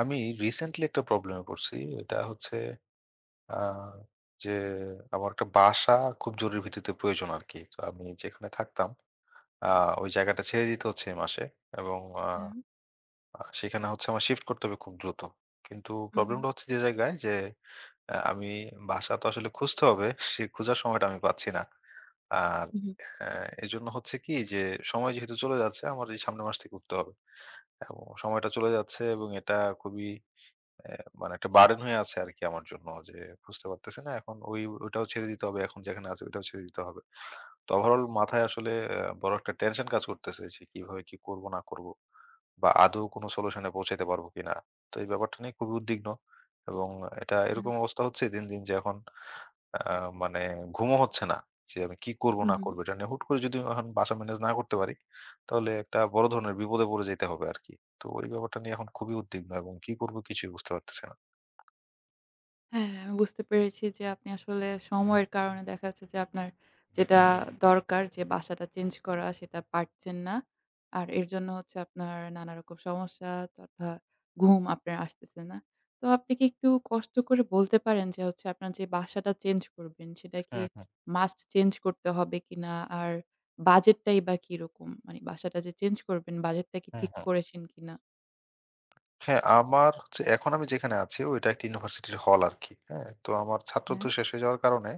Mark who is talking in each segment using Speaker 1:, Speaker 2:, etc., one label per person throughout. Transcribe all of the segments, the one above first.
Speaker 1: আমি রিসেন্টলি একটা প্রবলেমে পড়ছি। এটা হচ্ছে আ যে আমার একটা বাসা খুব জরুরি ভিত্তিতে প্রয়োজন আরকি। তো আমি যেখানে থাকতাম আ ওই জায়গাটা ছেড়ে দিতে হচ্ছে এই মাসে এবং আ
Speaker 2: হ্যাঁ,
Speaker 1: আ সেখানে হচ্ছে আমার শিফট করতে হবে খুব দ্রুত। কিন্তু
Speaker 2: হুম, হুম।
Speaker 1: প্রবলেমটা হচ্ছে যে জায়গায় যে আমি বাসা তো আসলে খুঁজতে হবে। সেই খোঁজার সময়টা আমি পাচ্ছি না। আর
Speaker 2: হুম, হুম।
Speaker 1: অ্যা এজন্য হচ্ছে কি যে সময় যেহেতু চলে যাচ্ছে আমার এই সামনের মাস থেকে উঠতে হবে এবং সময়টা চলে যাচ্ছে এবং এটা খুবই মানে একটা বার্ডেন হয়ে আছে আরকি আমার জন্য যে বুঝতে পারতেছি না এখন ওই ওটাও ছেড়ে দিতে হবে। এখন যেখানে আছি ওইটাও ছেড়ে দিতে হবে। তো ওভারঅল মাথায় আসলে বড় একটা টেনশন কাজ করতেছে যে কিভাবে কি করব না করব বা আদৌ কোনো সলিউশন এ পৌঁছাতে পারবো কিনা। তো এই ব্যাপারটা নিয়ে খুবই উদ্বিগ্ন এবং এটা
Speaker 2: হ্যাঁ,
Speaker 1: এরকম অবস্থা হচ্ছে দিন, দিন যে এখন আ মানে ঘুমও হচ্ছে না। যে আমি কি করব
Speaker 2: হুম,
Speaker 1: না
Speaker 2: হুম।
Speaker 1: করব এটা নিয়ে হুট করে যদি এখন বাসা ম্যানেজ না করতে পারি তাহলে একটা বড় ধরনের বিপদে পড়ে যেতে হবে আরকি। তো ওই ব্যাপারটা নিয়ে এখন খুবই উদ্বিগ্ন এবং কি করব কিছুই বুঝতে পারতেছি না।
Speaker 2: হ্যাঁ, আমি বুঝতে পেরেছি যে আপনি আসলে সময়ের কারণে দেখা যাচ্ছে যে আপনার যেটা দরকার যে বাসাটা চেঞ্জ করা সেটা পারছেন না। আর এর জন্য হচ্ছে আপনার নানা রকম সমস্যা তথা ঘুম আপনার আসতেছে না। তো আপনি কি একটু কষ্ট করে বলতে পারেন যে হচ্ছে আপনার যে বাসাটা চেঞ্জ করবেন সেটা কি
Speaker 1: হুম, হুম।
Speaker 2: মাস্ট চেঞ্জ করতে হবে কিনা? আর বাজেটটাই বা কিরকম? মানে বাসাটা যে চেঞ্জ করবেন বাজেটটা কি
Speaker 1: হ্যাঁ,
Speaker 2: ঠিক
Speaker 1: হ্যাঁ।
Speaker 2: করেছেন কিনা?
Speaker 1: হ্যাঁ, আমার যে এখন আমি যেখানে আছি ওইটা একটা ইউনিভার্সিটির হল আরকি। হ্যাঁ? তো আমার ছাত্রত্ব
Speaker 2: হ্যাঁ,
Speaker 1: শেষ হয়ে যাওয়ার কারণে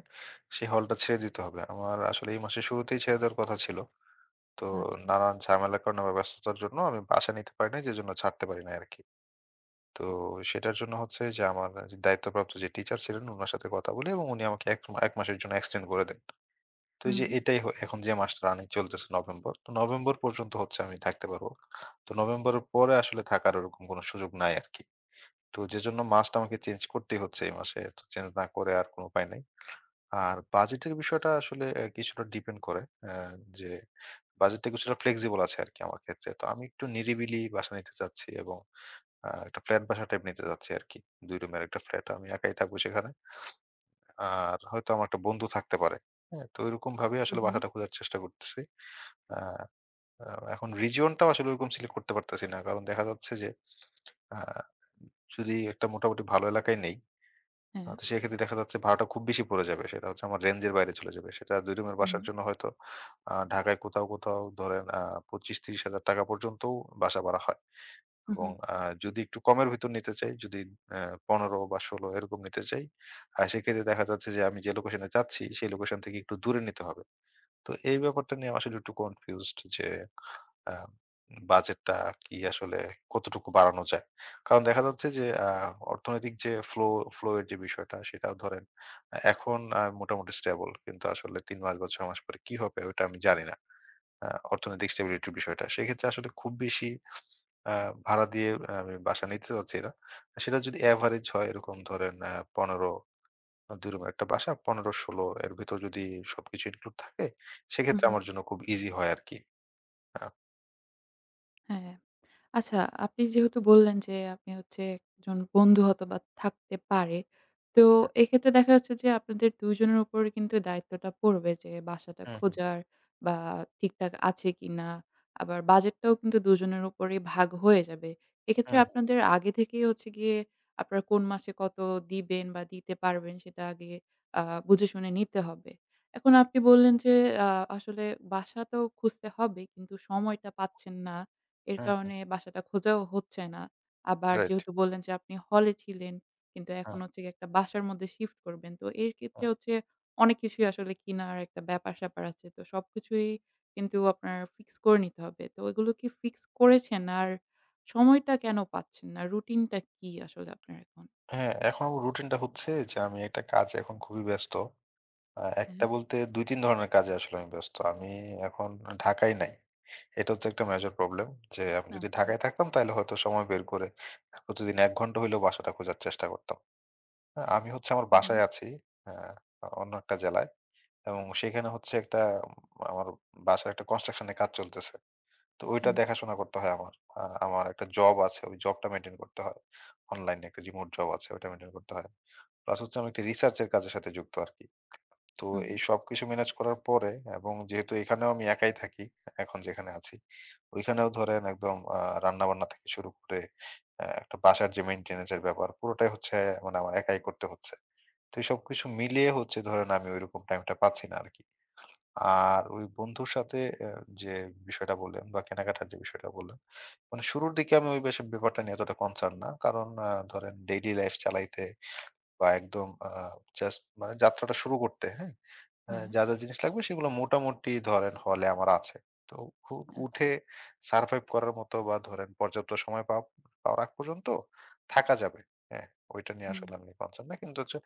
Speaker 1: সেই হলটা ছেড়ে দিতে হবে। আমার আসলে এই মাসের শুরুতেই ছেড়ে দেওয়ার কথা ছিল। তো
Speaker 2: আচ্ছা।
Speaker 1: নানান ঝামেলার কারণে বা ব্যস্ততার জন্য আমি বাসা নিতে পারি নাই যেজন্য ছাড়তে পারি নাই আরকি। তো সেটার জন্য হচ্ছে যে আমার যে দায়িত্বপ্রাপ্ত যে টিচার ছিলেন উনার সাথে কথা বলি এবং উনি আমাকে ১ ১ মাসের জন্য এক্সটেন্ড করে দেন। তো এই যে
Speaker 2: হুম,
Speaker 1: এটাই এখন যে মাসটা রানিং চলতেছে নভেম্বর। তো নভেম্বর পর্যন্ত হচ্ছে আমি থাকতে পারবো। তো নভেম্বরের পরে আসলে থাকার ওরকম কোনো সুযোগ নাই আরকি। তো যে জন্য মাস্ট আমাকে চেঞ্জ করতেই হচ্ছে এই মাসে। তো চেঞ্জ না করে আর কোনো উপায় নাই। আর বাজেটের বিষয়টা আসলে কিছুটা ডিপেন্ড করে। যে বাজেটটা কিছুটা ফ্লেক্সিবল আছে আরকি আমার ক্ষেত্রে। তো আমি একটু নিরিবিলি বাসা নিতে চাচ্ছি এবং একটা ফ্ল্যাট বাসা টাইপ নিতে চাচ্ছি আরকি। ২ রুমের একটা ফ্ল্যাট। আমি একাই থাকবো সেখানে। আর হয়তো আমার একটা বন্ধু থাকতে পারে। হ্যাঁ? তো ওইরকম ভাবেই
Speaker 2: হুম,
Speaker 1: আসলে
Speaker 2: হুম।
Speaker 1: বাসাটা খোঁজার চেষ্টা করতেছি। আ আ এখন রিজিয়নটাও আসলে ওরকম সিলেক্ট করতে পারতেছি না। কারণ দেখা যাচ্ছে যে আ যদি একটা মোটামুটি ভালো এলাকায় নেই
Speaker 2: হ্যাঁ।
Speaker 1: তো সেক্ষেত্রে দেখা যাচ্ছে ভাড়াটা খুব বেশি পড়ে যাবে। সেটা হচ্ছে আমার রেঞ্জের বাইরে চলে যাবে। সেটা ২ রুমের
Speaker 2: হু, হু,
Speaker 1: বাসার জন্য হয়তো ঢাকায় কোথাও, কোথাও ধরেন ২৫,000-৩০,000 টাকা পর্যন্তও বাসা ভাড়া হয়।
Speaker 2: হু, হু,
Speaker 1: এবং যদি একটু কমের ভিতর নিতে চাই, যদি অ্যা ১৫ বা ১৬ এরকম নিতে চাই, সেক্ষেত্রে দেখা যাচ্ছে যে আমি যে লোকেশনে যাচ্ছি সেই লোকেশন থেকে একটু দূরে নিতে হবে। তো এই ব্যাপারটা নিয়ে আমি আসলে একটু কনফিউজড যে আ বাজেটটা কি আসলে কতটুকু বাড়ানো যায়? কারণ দেখা যাচ্ছে যে অর্থনৈতিক যে ফ্লো ফ্লো এর যে বিষয়টা সেটাও ধরেন এখন মোটামুটি স্টেবল। কিন্তু আসলে ৩ মাস বা ৬ মাস পরে কি হবে ওইটা আমি জানি না। অর্থনৈতিক স্টেবিলিটির বিষয়টা। সেক্ষেত্রে আসলে খুব বেশি আ ভাড়া দিয়ে আমি বাসা নিতে চাচ্ছি না। সেটা যদি এভারেজ হয় এরকম ধরেন ১৫ ২ রুমের একটা বাসা ১৫-১৬ এর ভেতর যদি সবকিছু ইনক্লুড থাকে
Speaker 2: হু,
Speaker 1: সেক্ষেত্রে
Speaker 2: হু।
Speaker 1: আমার জন্য খুব ইজি হয় আরকি। আ
Speaker 2: হ্যাঁ। আচ্ছা, আপনি যেহেতু বললেন যে আপনি হচ্ছে একজন বন্ধু হয়তোবা থাকতে পারে। তো এক্ষেত্রে দেখা যাচ্ছে যে আপনাদের ২ জনের উপর কিন্তু দায়িত্বটা পড়বে যে বাসাটা
Speaker 1: হুম, হুম,
Speaker 2: খোঁজার বা ঠিকঠাক আছে কিনা? আবার বাজেটটাও কিন্তু ২ জনের উপরেই ভাগ হয়ে যাবে। এক্ষেত্রে
Speaker 1: হুম, হুম,
Speaker 2: আপনাদের আগে থেকেই হচ্ছে গিয়ে আপনারা কোন মাসে কত দিবেন বা দিতে পারবেন সেটা আগে আ বুঝে শুনে নিতে হবে। এখন আপনি বললেন যে আ আসলে বাসা তো খুঁজতে হবে কিন্তু সময়টা পাচ্ছেন না। এর
Speaker 1: হুম।
Speaker 2: কারণে বাসাটা খোঁজাও হচ্ছে না। আবার
Speaker 1: রাইট।
Speaker 2: যেহেতু বললেন যে আপনি হলে ছিলেন, কিন্তু
Speaker 1: হ্যাঁ,
Speaker 2: এখন হচ্ছে গিয়ে একটা বাসার মধ্যে শিফট করবেন। তো এর ক্ষেত্রে
Speaker 1: হ্যাঁ।
Speaker 2: হচ্ছে অনেক কিছুই আসলে কিনার একটা ব্যাপার-স্যাপার আছে। তো সবকিছুই কিন্তু আপনার ফিক্স করে নিতে হবে। তো ওইগুলো কি ফিক্স করেছেন? আর সময়টা কেন পাচ্ছেন না? রুটিনটা কি আসলে আপনার এখন?
Speaker 1: হ্যাঁ, এখন আমার রুটিনটা হচ্ছে যে আমি একটা কাজে এখন খুবই ব্যস্ত।
Speaker 2: হ্যাঁ,
Speaker 1: একটা বলতে ২-৩ ধরনের কাজে আসলে আমি ব্যস্ত। আমি এখন ঢাকায় নাই। এটা হচ্ছে একটা মেজর প্রবলেম যে আমি যদি
Speaker 2: আচ্ছা।
Speaker 1: ঢাকায় থাকতাম তাহলে হয়তো সময় বের করে প্রতিদিন ১ ঘন্টা হইলেও বাসাটা খোঁজার চেষ্টা করতাম। হ্যাঁ, আমি হচ্ছে আমার
Speaker 2: হুম, হুম,
Speaker 1: বাসায় আছি, হ্যাঁ, অন্য একটা জেলায় এবং সেখানে হচ্ছে একটা উম, আমার বাসার একটা কনস্ট্রাকশন এর কাজ চলতেছে। তো ওইটা
Speaker 2: হুম,
Speaker 1: দেখাশোনা করতে হয় আমার। আমার একটা জব আছে। ওই জবটা মেইনটেইন করতে হয়। অনলাইন একটা রিমোট জব আছে, ওটা মেইনটেইন করতে হয়। প্লাস হচ্ছে আমি একটা রিসার্চ এর কাজের সাথে যুক্ত আরকি। তো
Speaker 2: হুম,
Speaker 1: এই সবকিছু ম্যানেজ করার পরে এবং যেহেতু এখানেও আমি একাই থাকি, এখন যেখানে আছি। ওইখানেও ধরেন একদম রান্নাবান্না থেকে শুরু করে একটা বাসার যে মেইনটেন্যান্স এর ব্যাপার পুরোটাই হচ্ছে মানে আমার একাই করতে হচ্ছে। তো এই সবকিছু মিলিয়ে হচ্ছে ধরেন আমি ঐরকম টাইমটা পাচ্ছি না আরকি। আর ওই বন্ধুর সাথে যে বিষয়টা বললেন বা কেনাকাটার যে বিষয়টা বললেন মানে শুরুর দিকে আমি ওই বেশ ব্যাপারটা নিয়ে এতটা কনসার্ন না। কারণ ধরেন ডেইলি লাইফ চালাইতে বা একদম জাস্ট মানে যাত্রাটা শুরু করতে, হ্যাঁ?
Speaker 2: হ্যাঁ,
Speaker 1: যা, যা জিনিস লাগবে সেগুলো মোটামুটি ধরেন হলে আমার আছে। তো উ
Speaker 2: আচ্ছা।
Speaker 1: উঠে সারভাইভ করার মতো বা ধরেন পর্যাপ্ত সময় পাওয়ার আগ পর্যন্ত থাকা যাবে। হ্যাঁ, ওইটা নিয়ে
Speaker 2: হুম,
Speaker 1: আসলে আমি কনসার্ন না। কিন্তু হচ্ছে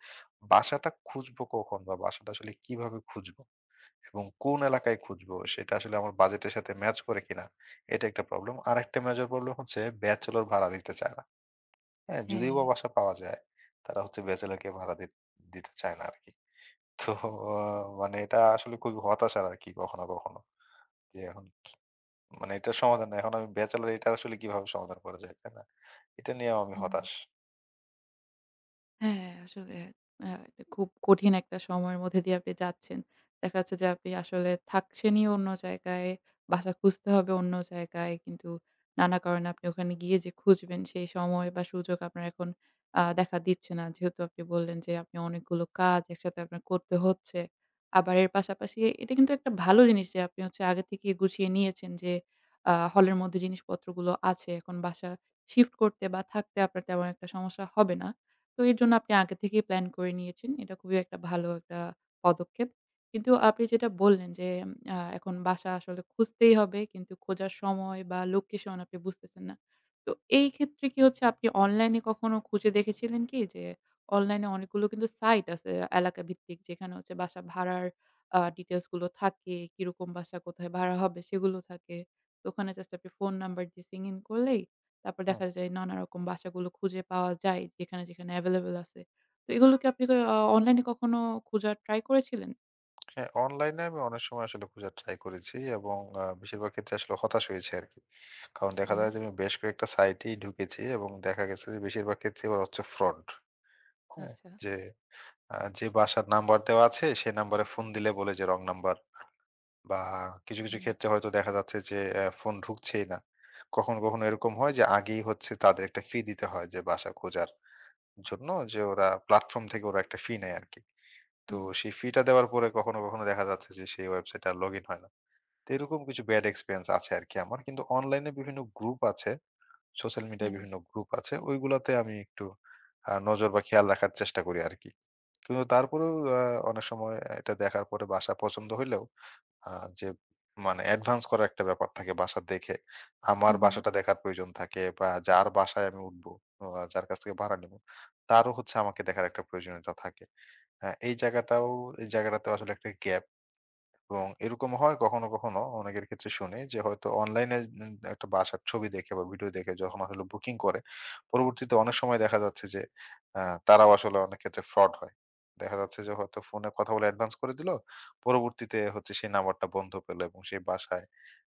Speaker 1: বাসাটা খুঁজবো কখন বা বাসাটা আসলে কিভাবে খুঁজবো? এবং কোন এলাকায় খুঁজবো সেটা আসলে আমার বাজেটের সাথে ম্যাচ করে কিনা এটা একটা প্রবলেম। আরেকটা মেজর প্রবলেম হচ্ছে ব্যাচেলর ভাড়া দিতে চায় না। হ্যাঁ, যদিও
Speaker 2: হ্যাঁ,
Speaker 1: বা বাসা পাওয়া যায়, তারা হচ্ছে ব্যাচেলরকে ভাড়া দিতে চায় না আরকি। তো আহ, মানে এটা আসলে খুবই হতাশার আরকি কখনো, কখনো। যে এখন মানে এটার সমাধান না। এখন আমি ব্যাচেলর এটা আসলে কিভাবে সমাধান করা যায়, তাই না? এটা নিয়েও আমি
Speaker 2: হ্যাঁ।
Speaker 1: হতাশ।
Speaker 2: হ্যাঁ, আসলে এটা খুব কঠিন একটা সময়ের মধ্যে দিয়ে আপনি যাচ্ছেন। দেখা যাচ্ছে যে আপনি আসলে থাকছেনই অন্য জায়গায়, বাসা খুঁজতে হবে অন্য জায়গায়। কিন্তু নানা কারণে আপনি ওখানে গিয়ে যে খুঁজবেন সেই সময় বা সুযোগ আপনার এখন দেখা দিচ্ছে না। যেহেতু আপনি বললেন যে আপনি অনেকগুলো কাজ একসাথে আপনার করতে হচ্ছে। আবার এর পাশাপাশি এটা কিন্তু একটা ভালো জিনিস যে আপনি হচ্ছে আগে থেকেই গুছিয়ে নিয়েছেন যে হলের মধ্যে জিনিসপত্রগুলো আছে। এখন বাসা শিফট করতে বা থাকতে আপনার তেমন একটা সমস্যা হবে না। তো এর জন্য আপনি আগে থেকেই প্ল্যান করে নিয়েছেন। এটা খুবই একটা ভালো একটা পদক্ষেপ। কিন্তু আপনি যেটা বললেন যে এখন বাসা আসলে খুঁজতেই হবে কিন্তু খোঁজার সময় বা লোকেশন আপনি বুঝতেছেন না। তো এই ক্ষেত্রে কি হচ্ছে আপনি অনলাইনে কখনো খুঁজে দেখেছিলেন কি? যে অনলাইনে অনেকগুলো কিন্তু সাইট আছে এলাকা ভিত্তিক যেখানে হচ্ছে বাসা ভাড়ার ডিটেইলস গুলো থাকে, কিরকম বাসা কোথায় ভাড়া হবে সেগুলো থাকে। তো ওখানে জাস্ট আপনি ফোন নাম্বার দিয়ে সিং ইন করলেই তারপর
Speaker 1: হুম,
Speaker 2: দেখা যায় নানা রকম বাসাগুলো খুঁজে পাওয়া যায় যেখানে, যেখানে এভেইলেবল আছে। তো এগুলো কি আপনি ক আ অনলাইনে কখনো খোঁজার ট্রাই করেছিলেন?
Speaker 1: হ্যাঁ, অনলাইনে আমি অনেক সময় আসলে খোঁজার ট্রাই করেছি এবং বেশিরভাগ ক্ষেত্রে আসলে হতাশ হয়েছি আরকি। কারণ দেখা
Speaker 2: হুম।
Speaker 1: যায় যে আমি বেশ কয়েকটা সাইটেই ঢুকেছি এবং দেখা গেছে যে বেশিরভাগ ক্ষেত্রে এবার হচ্ছে ফ্রড। হ্যাঁ?
Speaker 2: আচ্ছা।
Speaker 1: যে যে বাসার নাম্বার দেওয়া আছে সেই নাম্বারে ফোন দিলে বলে যে রং নাম্বার বা কিছু, কিছু
Speaker 2: হুম।
Speaker 1: ক্ষেত্রে হয়তো দেখা যাচ্ছে যে ফোন ঢুকছেই না। কখনো, কখনো এরকম হয় যে আগেই হচ্ছে তাদের একটা ফি দিতে হয় যে বাসা খোঁজার জন্য যে ওরা প্ল্যাটফর্ম থেকে ওরা একটা ফি নেয় আরকি। তো
Speaker 2: হুম।
Speaker 1: সেই ফিটা দেওয়ার পরে কখনো, কখনো দেখা যাচ্ছে যে সেই ওয়েবসাইটে আর লগইন হয় না। তো এরকম কিছু ব্যাড এক্সপেরিয়েন্স আছে আরকি আমার। কিন্তু অনলাইনে বিভিন্ন গ্রুপ আছে, সোশ্যাল মিডিয়ায়
Speaker 2: হ্যাঁ।
Speaker 1: বিভিন্ন গ্রুপ আছে। ওইগুলাতে আমি একটু নজর বা খেয়াল রাখার চেষ্টা করি আরকি। কিন্তু তারপরেও অনেক সময় এটা দেখার পরে বাসা পছন্দ হইলেও আ যে মানে অ্যাডভান্স করার একটা ব্যাপার থাকে বাসা দেখে।
Speaker 2: হু,
Speaker 1: আমার
Speaker 2: হুম।
Speaker 1: বাসাটা দেখার প্রয়োজন থাকে বা যার বাসায় আমি উঠবো, যার কাছ থেকে ভাড়া নিবো, তারও হচ্ছে আমাকে দেখার একটা প্রয়োজনীয়তা থাকে। হ্যাঁ, এই জায়গাটাও এই জায়গাটাতেও আসলে একটা গ্যাপ এবং এরকম হয় কখনো কখনো অনেকের ক্ষেত্রে শুনি যে হয়তো অনলাইনে একটা বাসার ছবি দেখে বা ভিডিও দেখে যখন আসলে বুকিং করে পরবর্তীতে অনেক সময় দেখা যাচ্ছে যে তারাও আসলে অনেক ক্ষেত্রে ফ্রড হয় দেখা যাচ্ছে যে হয়তো ফোনে কথা বলে অ্যাডভান্স করে দিল পরবর্তীতে হচ্ছে সেই নাম্বারটা বন্ধ পেলো এবং সেই বাসায়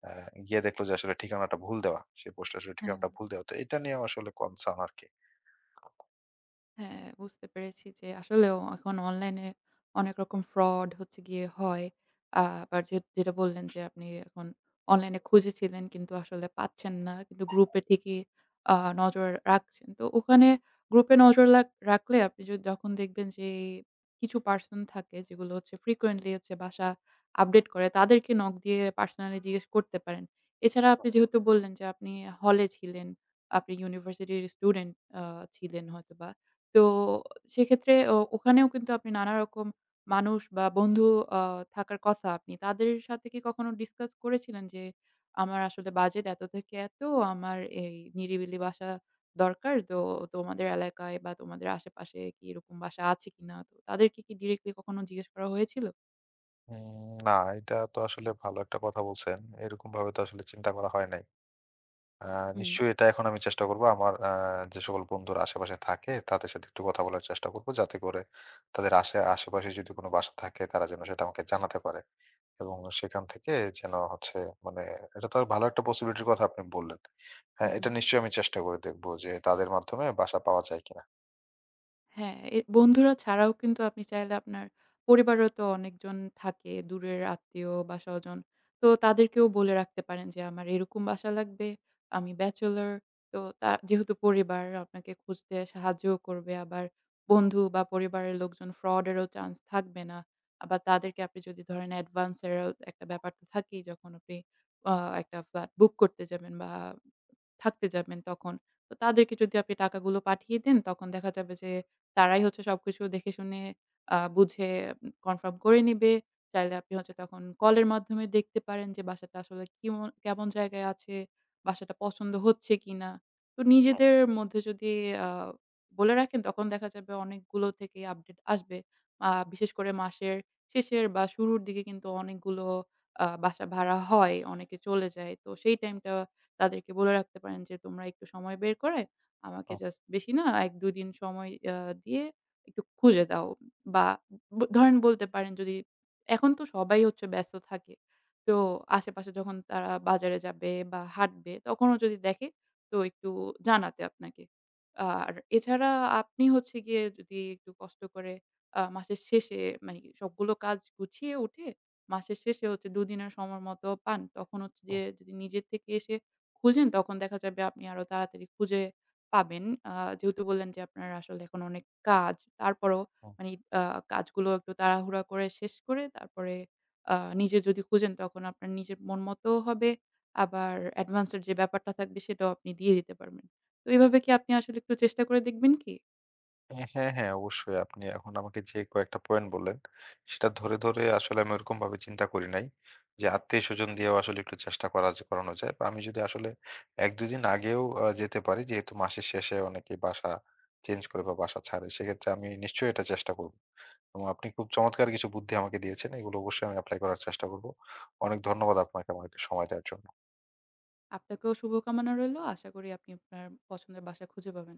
Speaker 1: গিয়ে দেখলো যে আসলে ঠিকানাটা ভুল দেওয়া সেই পোস্ট আসলে
Speaker 2: হ্যাঁ।
Speaker 1: ঠিকানাটা ভুল দেওয়া তো এটা নিয়ে আসলে কনসার্ন আর কি।
Speaker 2: হ্যাঁ, বুঝতে পেরেছি যে আসলেও এখন অনলাইনে অনেক রকম ফ্রড হচ্ছে গিয়ে হয়। আবার যে যেটা বললেন যে আপনি এখন অনলাইনে খুঁজেছিলেন কিন্তু আসলে পাচ্ছেন না। কিন্তু গ্রুপে ঠিকই আ নজর রাখছেন। তো ওখানে গ্রুপে নজর লাগ রাখলে আপনি যদি যখন দেখবেন যে কিছু পার্সন থাকে যেগুলো হচ্ছে frequently হচ্ছে বাসা আপডেট করে তাদেরকে নক দিয়ে পার্সোনালি জিজ্ঞেস করতে পারেন। এছাড়া আপনি যেহেতু বললেন যে আপনি হলে ছিলেন, আপনি ইউনিভার্সিটির স্টুডেন্ট আ ছিলেন হয়তোবা। তো সেক্ষেত্রে ওখানেও কিন্তু আপনি নানা রকম মানুষ বা বন্ধু আ থাকার কথা। আপনি তাদের সাথে কি কখনো ডিসকাস করেছিলেন যে, "আমার আসলে বাজেট এত থেকে এত, আমার এই নিরিবিলি বাসা দরকার। তো তোমাদের এলাকায় বা তোমাদের আশেপাশে কি এরকম বাসা আছে কিনা?" তো তাদেরকে কি ডিরেক্টলি কখনো জিজ্ঞেস করা হয়েছিল?
Speaker 1: না এটা তো আসলে ভালো একটা কথা বলছেন, এরকম ভাবে তো আসলে চিন্তা করা হয় নাই। আ
Speaker 2: হুম।
Speaker 1: নিশ্চয়ই এটা এখন আমি চেষ্টা করব। আমার যে সকল বন্ধুরা আশেপাশে থাকে তাদের সাথে একটু কথা বলার চেষ্টা করব। যাতে করে তাদের আশে আশেপাশে যদি কোনো বাসা থাকে তারা যেন সেটা আমাকে জানাতে পারে। এবং সেখান থেকে যেন হচ্ছে মানে এটা তো ভালো একটা পসিবিলিটির কথা আপনি বললেন। হ্যাঁ,
Speaker 2: হুম,
Speaker 1: এটা
Speaker 2: হুম।
Speaker 1: নিশ্চয়ই আমি চেষ্টা করে দেখব যে তাদের মাধ্যমে বাসা পাওয়া যায় কিনা।
Speaker 2: হ্যাঁ, এ বন্ধুরা ছাড়াও কিন্তু আপনি চাইলে আপনার পরিবারেও তো অনেকজন থাকে, দূরের আত্মীয় বা স্বজন। তো তাদেরকেও বলে রাখতে পারেন যে, "আমার এরকম বাসা লাগবে, আমি ব্যাচেলর।" তো তা যেহেতু পরিবার আপনাকে খুঁজতে সাহায্যও করবে, আবার বন্ধু বা পরিবারের লোকজন ফ্রড এরও চান্স থাকবে না। আবার তাদেরকে আপনি যদি ধরেন অ্যাডভান্স এরও একটা ব্যাপার তো থাকেই যখন আপনি আ একটা ফ্ল্যাট বুক করতে যাবেন বা থাকতে যাবেন তখন। তো তাদেরকে যদি আপনি টাকাগুলো পাঠিয়ে দেন তখন দেখা যাবে যে তারাই হচ্ছে সবকিছু দেখে শুনে বুঝে কনফার্ম করে নিবে। চাইলে আপনি হচ্ছে তখন কলের মাধ্যমে দেখতে পারেন যে বাসাটা আসলে কেমন জায়গায় আছে, বাসাটা পছন্দ হচ্ছে কিনা। তো নিজেদের মধ্যে যদি আ বলে রাখেন তখন দেখা যাবে অনেকগুলো থেকেই আপডেট আসবে। বিশেষ করে মাসের শেষের বা শুরুর দিকে কিন্তু অনেকগুলো বাসা ভাড়া হয়, অনেকে চলে যায়। তো সেই টাইমটা তাদেরকে বলে রাখতে পারেন যে, "তোমরা একটু সময় বের করে আমাকে
Speaker 1: হুম,
Speaker 2: জাস্ট বেশি না ১-২ দিন সময় দিয়ে একটু খুঁজে দাও।" বা ধরেন বলতে পারেন যদি এখন তো সবাই হচ্ছে ব্যস্ত থাকে। তো আশেপাশে যখন তারা বাজারে যাবে বা হাঁটবে তখনও যদি দেখে তো একটু জানাতে আপনাকে। আর এছাড়া আপনি হচ্ছে গিয়ে যদি একটু কষ্ট করে মাসের শেষে মানে সবগুলো কাজ গুছিয়ে উঠে মাসের শেষে হচ্ছে ২ দিনের সময় মতো পান তখন হচ্ছে যে
Speaker 1: হুম,
Speaker 2: যদি নিজের থেকে এসে খুঁজেন তখন দেখা যাবে আপনি আরো তাড়াতাড়ি খুঁজে পাবেন। আ যেহেতু বললেন যে আপনার আসলে এখন অনেক কাজ। তারপরেও
Speaker 1: হুম।
Speaker 2: মানে আ কাজগুলো একটু তাড়াহুড়া করে শেষ করে তারপরে আ নিজে যদি খুঁজেন তখন আপনার নিজের মন মতও হবে। আবার অ্যাডভান্স এর যে ব্যাপারটা থাকবে সেটাও আপনি দিয়ে দিতে পারবেন। তো এভাবে কি আপনি আসলে একটু চেষ্টা করে দেখবেন কি?
Speaker 1: হ্যাঁ, হ্যাঁ, হ্যাঁ, অবশ্যই। আপনি এখন আমাকে যে কয়েকটা পয়েন্ট বললেন, সেটা ধরে, ধরে আসলে আমি ওরকমভাবে চিন্তা করি নাই। যে আত্মীয়স্বজন দিয়েও আসলে একটু চেষ্টা করা যে করানো যায়। বা আমি যদি আসলে ১-২ দিন আগেও যেতে পারি, যেহেতু মাসের শেষে অনেকেই বাসা চেঞ্জ করে বা বাসা ছাড়ে। সেক্ষেত্রে আমি নিশ্চয়ই এটা চেষ্টা করব। এবং আপনি খুব চমৎকার কিছু বুদ্ধি আমাকে দিয়েছেন। এগুলো অবশ্যই আমি এপ্লাই করার চেষ্টা করব। অনেক ধন্যবাদ আপনাকে আমাকে সময় দেওয়ার জন্য।
Speaker 2: আপনাকেও শুভকামনা রইলো। আশা করি আপনি আপনার পছন্দের বাসা খুঁজে পাবেন।